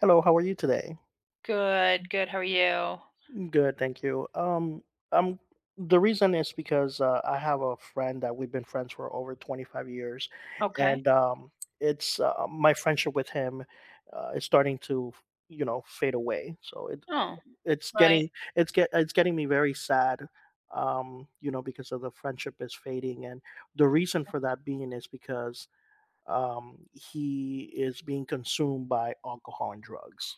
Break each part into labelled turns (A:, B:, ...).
A: Hello, how are you today?
B: Good, good. How are you?
A: Good, thank you. Um, the reason is because I have a friend that we've been friends for over 25 years,
B: Okay.
A: and it's my friendship with him is starting to, fade away. So
B: Oh,
A: it's
B: right.
A: getting it's get it's getting me very sad, because of the friendship is fading, and the reason for that being is because he is being consumed by alcohol and drugs.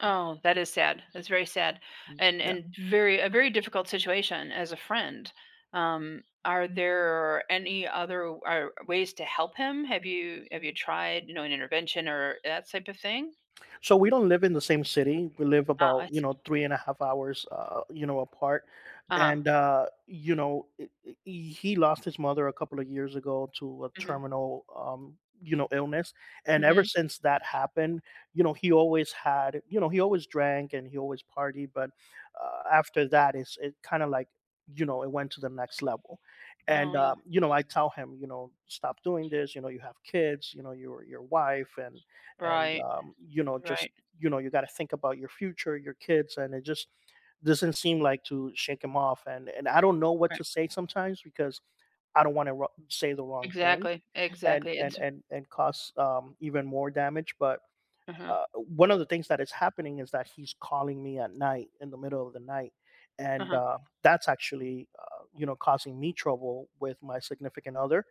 B: Oh, that is sad. That's very sad, and very a very difficult situation as a friend. Are there any other are ways to help him? Have you tried, you know, an intervention or that type of thing?
A: So we don't live in the same city. We live
B: Oh,
A: about
B: I see.
A: three and a half hours, apart.
B: Uh huh.
A: And he lost his mother a couple of years ago to a
B: Mm-hmm.
A: terminal, illness. And ever
B: Mm-hmm.
A: since that happened, he always had, he always drank and he always partied. But after that, it's it kind of like it went to the next level and
B: Oh, yeah.
A: I tell him, stop doing this. You know you have kids. Your your wife and
B: Right.
A: just
B: Right.
A: you got to think about your future, your kids. And it just doesn't seem like to shake him off, and I don't know what
B: Right.
A: to say sometimes because I don't want to say the wrong thing
B: Exactly.
A: and
B: Exactly. It's
A: cause even more damage. But
B: uh huh.
A: one of the things that is happening is that he's calling me at night, in the middle of the night.
B: Uh
A: And
B: huh.
A: that's actually causing me trouble with my significant other.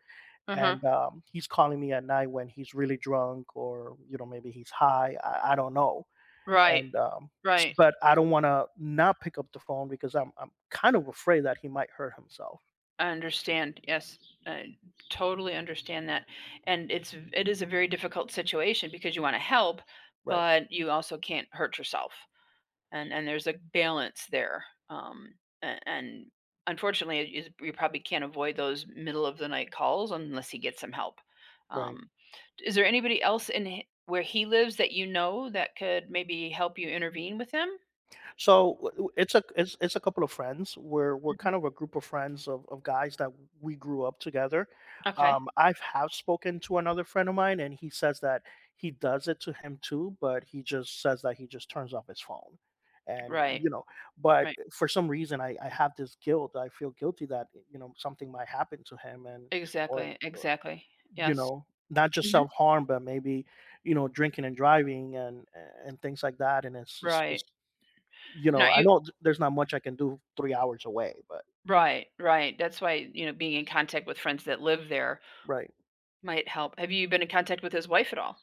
B: Uh huh.
A: And he's calling me at night when he's really drunk, or maybe he's high. I don't know.
B: Right.
A: And
B: Right.
A: but I don't want to not pick up the phone because I'm kind of afraid that he might hurt himself.
B: I understand. Yes, I totally understand that. And it is a very difficult situation because you want to help,
A: Right.
B: but you also can't hurt yourself. And there's a balance there. Um, and unfortunately, it is- you probably can't avoid those middle of the night calls unless he gets some help.
A: Right.
B: Um, is there anybody else in h- where he lives that you know that could maybe help you intervene with him?
A: So it's a it's a couple of friends. We're kind
B: Mhm.
A: of a group of friends of guys that we grew up together.
B: Okay.
A: I've have spoken to another friend of mine, and he says that he does it to him too, but he just says that he just turns off his phone, and
B: Right.
A: you know. But
B: Right.
A: for some reason, I have this guilt. I feel guilty that something might happen to him, and or,
B: Exactly.
A: or
B: Exactly. Yes.
A: not just self harm, but maybe drinking and driving and things like that. And it's just
B: Right. No,
A: I
B: you
A: know there's not much I can do 3 hours away, but
B: right, right. That's why, you know, being in contact with friends that live there
A: right.
B: might help. Have you been in contact with his wife at all?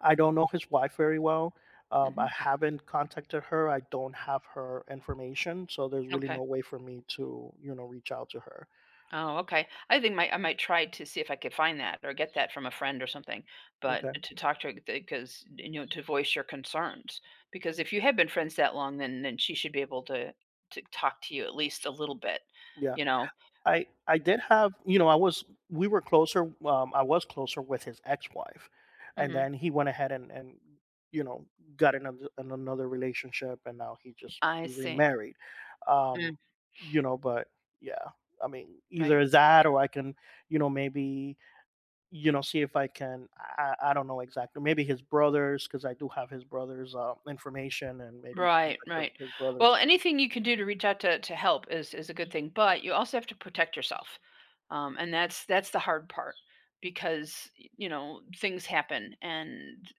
A: I don't know his wife very well. I
B: Mhm.
A: haven't contacted her. I don't have her information, so there's really
B: Okay.
A: no way for me to, you know, reach out to her.
B: Oh, okay. I think my I might try to see if I could find that or get that from a friend or something, but
A: Okay.
B: to talk to her because, you know, to voice your concerns. Because if you have been friends that long, then she should be able to talk to you at least a little bit,
A: Yeah.
B: you know?
A: I did have I was, we were closer, I was closer with his ex-wife, and
B: Mhm.
A: then he went ahead and you know got in another relationship, and now he just
B: I see.
A: remarried. Um,
B: Mm,
A: but yeah, I mean
B: right.
A: either that, or I can maybe see if I can I don't know exactly, maybe his brothers, because I do have his brothers' information, and maybe
B: Right,
A: contact
B: right.
A: his brothers.
B: Well, anything you can do to reach out to help is a good thing, but you also have to protect yourself. And that's the hard part because y- you know things happen, and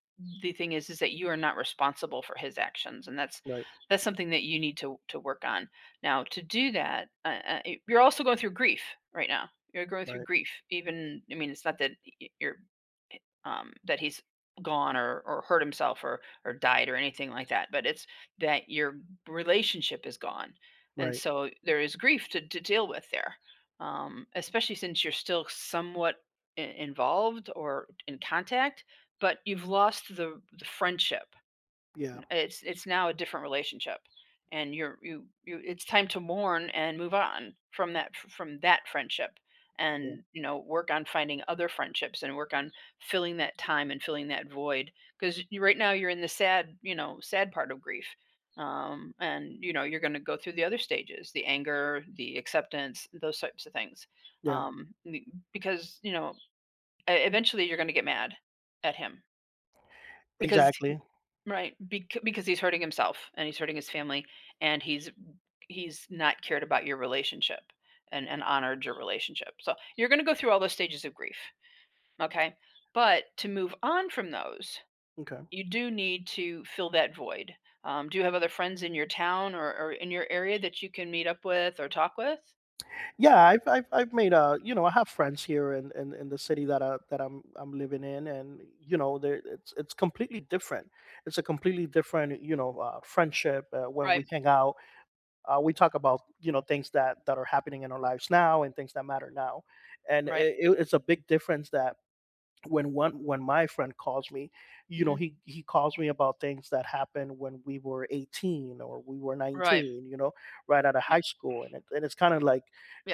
B: the thing is that you are not responsible for his actions, and
A: Right,
B: that's something that you need to work on. Now, to do that, y- you're also going through grief right now. You're going through
A: right,
B: grief. Even I mean, it's not that your eh, that he's gone or hurt himself or died or anything like that, but it's that your relationship is gone, and
A: right.
B: so there is grief to deal with there, especially since you're still somewhat I- involved or in contact, but you've lost the friendship.
A: Yeah,
B: It's now a different relationship, and you it's time to mourn and move on from that friendship,
A: yeah,
B: and you know work on finding other friendships and work on filling that time and filling that void, because right now you're in the sad, you know, sad part of grief. And you know you're going to go through the other stages, the anger, the acceptance, those types of things.
A: yeah.
B: um, because you know e- eventually you're going to get mad at him, because
A: Exactly.
B: right, because he's hurting himself and he's hurting his family, and he's not cared about your relationship and honored your relationship. So, you're gonna go through all those stages of grief, okay? But to move on from those,
A: Okay.
B: you do need to fill that void. Do you have other friends in your town or in your area that you can meet up with or talk with?
A: Yeah, I've made I have friends here in the city that I'm living in, and there it's completely different. It's a completely different friendship when
B: Right,
A: we hang out. We talk about things that are happening in our lives now, and things that matter now, and
B: right,
A: it's a big difference that when my friend calls me,
B: mhm,
A: he calls me about things that happened when we were 18, or we were
B: right,
A: 19, right out of
B: right.
A: high school. And it's kind of like,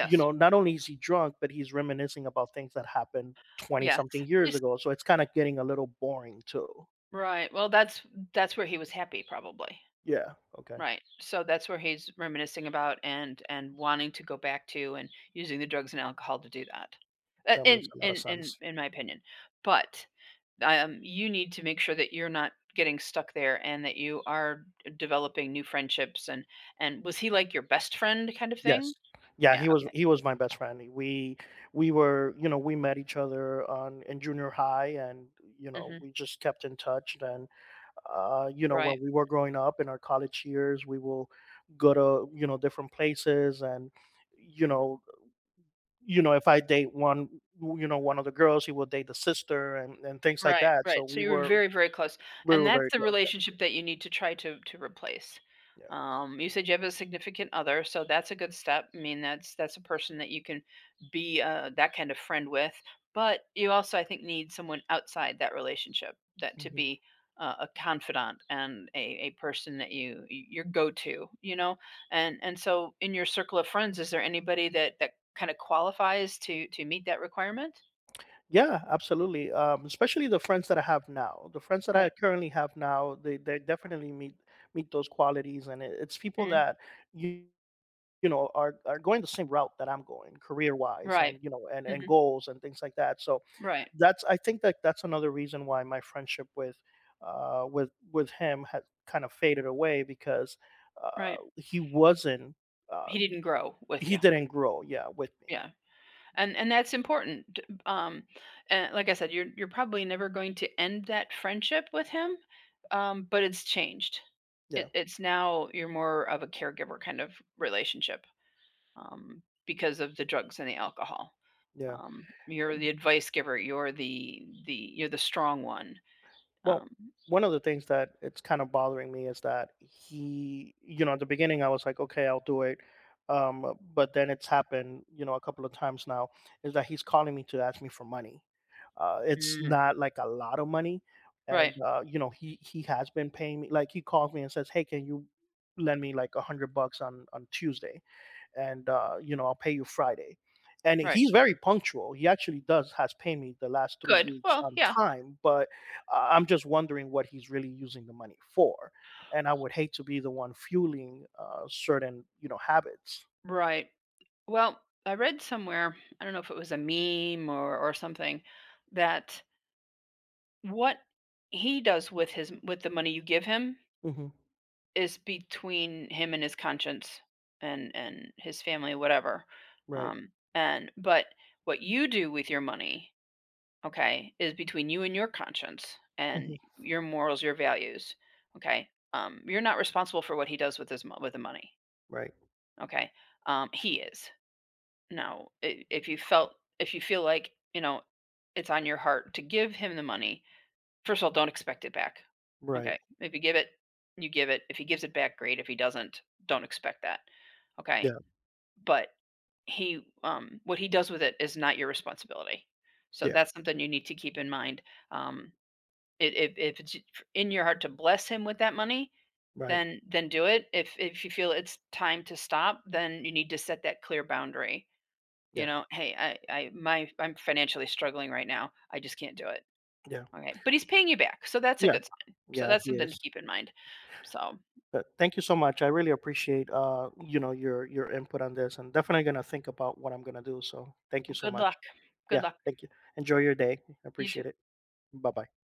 A: not only is he drunk, but he's reminiscing about things that happened 20
B: yes.
A: something years
B: Yes.
A: ago, so it's kind of getting a little boring too.
B: Right, well, that's where he was happy probably.
A: Yeah. Okay.
B: Right. So that's where he's reminiscing about and wanting to go back to, and using the drugs and alcohol to do that.
A: That makes
B: In
A: a lot
B: in
A: of
B: in
A: sense.
B: in my opinion. But you need to make sure that you're not getting stuck there and that you are developing new friendships, and was he like your best friend kind of thing?
A: Yes. Yeah,
B: Yeah. Okay.
A: he was my best friend. We were, we met each other on in junior high, and
B: Mhm.
A: we just kept in touch. And when
B: Right.
A: we were growing up in our college years, we will go to, you know, different places, and you know, if I date one, one of the girls, he will date the sister, and things like
B: Right,
A: that. So
B: right. So
A: we
B: you were
A: were,
B: very, very close,
A: we
B: and
A: were
B: that's
A: very
B: the
A: close. Yeah.
B: relationship that you need to try to replace. You said you have a significant other, so that's a good step. I mean, that's a person that you can be that kind of friend with. But you also, I think, need someone outside that relationship that
A: Yeah.
B: to
A: Hmm.
B: be a confidant and a person that you your go to, you know. And so in your circle of friends, is there anybody that that kind of qualifies to meet that requirement?
A: Yeah, absolutely. Especially the friends that I have now. The friends that I
B: Right.
A: currently have now, they definitely meet those qualities, and it's people
B: Mhm.
A: that you you know, are going the same route that I'm going, career-wise,
B: Right.
A: and, you know, and
B: Mm-hmm.
A: goals and things like that. So,
B: Right,
A: that's, I think that that's another reason why my friendship with him had kind of faded away, because,
B: right.
A: he wasn't, uh,
B: He didn't grow with
A: he
B: you.
A: didn't grow, yeah, with me.
B: Yeah. And that's important. D- Um, and like I said, you're probably never going to end that friendship with him. But it's changed.
A: Yeah,
B: It, it's now you're more of a caregiver kind of relationship, because of the drugs and the alcohol.
A: yeah.
B: You're the advice giver. You're the you're the strong one.
A: Well,
B: Um,
A: one of the things that it's kind of bothering me is that he, you know, at the beginning I was like, okay, I'll do it. But then it's happened, you know, a couple of times now, is that he's calling me to ask me for money. It's
B: mm,
A: not like a lot of money.
B: right,
A: And, you know, he has been paying me. Like he calls me and says, hey, can you lend me like 100 bucks on Tuesday? And you know, I'll pay you Friday. And
B: right.
A: he's very punctual. He actually does has paid me the last three
B: Good.
A: weeks
B: Well,
A: on
B: yeah.
A: time, but I'm just wondering what he's really using the money for. And I would hate to be the one fueling certain, you know, habits.
B: Right. Well, I read somewhere, I don't know if it was a meme or something, that what he does with his with the money you give him
A: Hmm.
B: is between him and his conscience and his family, whatever.
A: Right.
B: And but what you do with your money, okay, is between you and your conscience and
A: Hmm.
B: your morals, your values, okay. You're not responsible for what he does with his mo- with the money,
A: Right.
B: okay. He is Now, I if you felt if you feel like, you know, it's on your heart to give him the money, first of all, don't expect it back.
A: Right.
B: Okay. If you give it, you give it. If he gives it back, great. If he doesn't, don't expect that. Okay.
A: Yeah.
B: But he, what he does with it is not your responsibility. So
A: Yeah.
B: that's something you need to keep in mind. Um, it, if it's in your heart to bless him with that money,
A: Right.
B: then do it. If you feel it's time to stop, then you need to set that clear boundary, you
A: Yeah.
B: know, "Hey, I'm financially struggling right now. I just can't do it."
A: Yeah.
B: Okay, but he's paying you back, so that's a
A: Yeah.
B: good sign. So
A: Yeah.
B: that's
A: He
B: something
A: is.
B: to keep in mind. So,
A: Thank you so much. I really appreciate you know, your input on this, and definitely gonna think about what I'm gonna do. So thank you so
B: good
A: much.
B: luck.
A: Yeah,
B: Good luck.
A: thank you. Enjoy your day. I
B: You too.
A: appreciate it. Bye bye.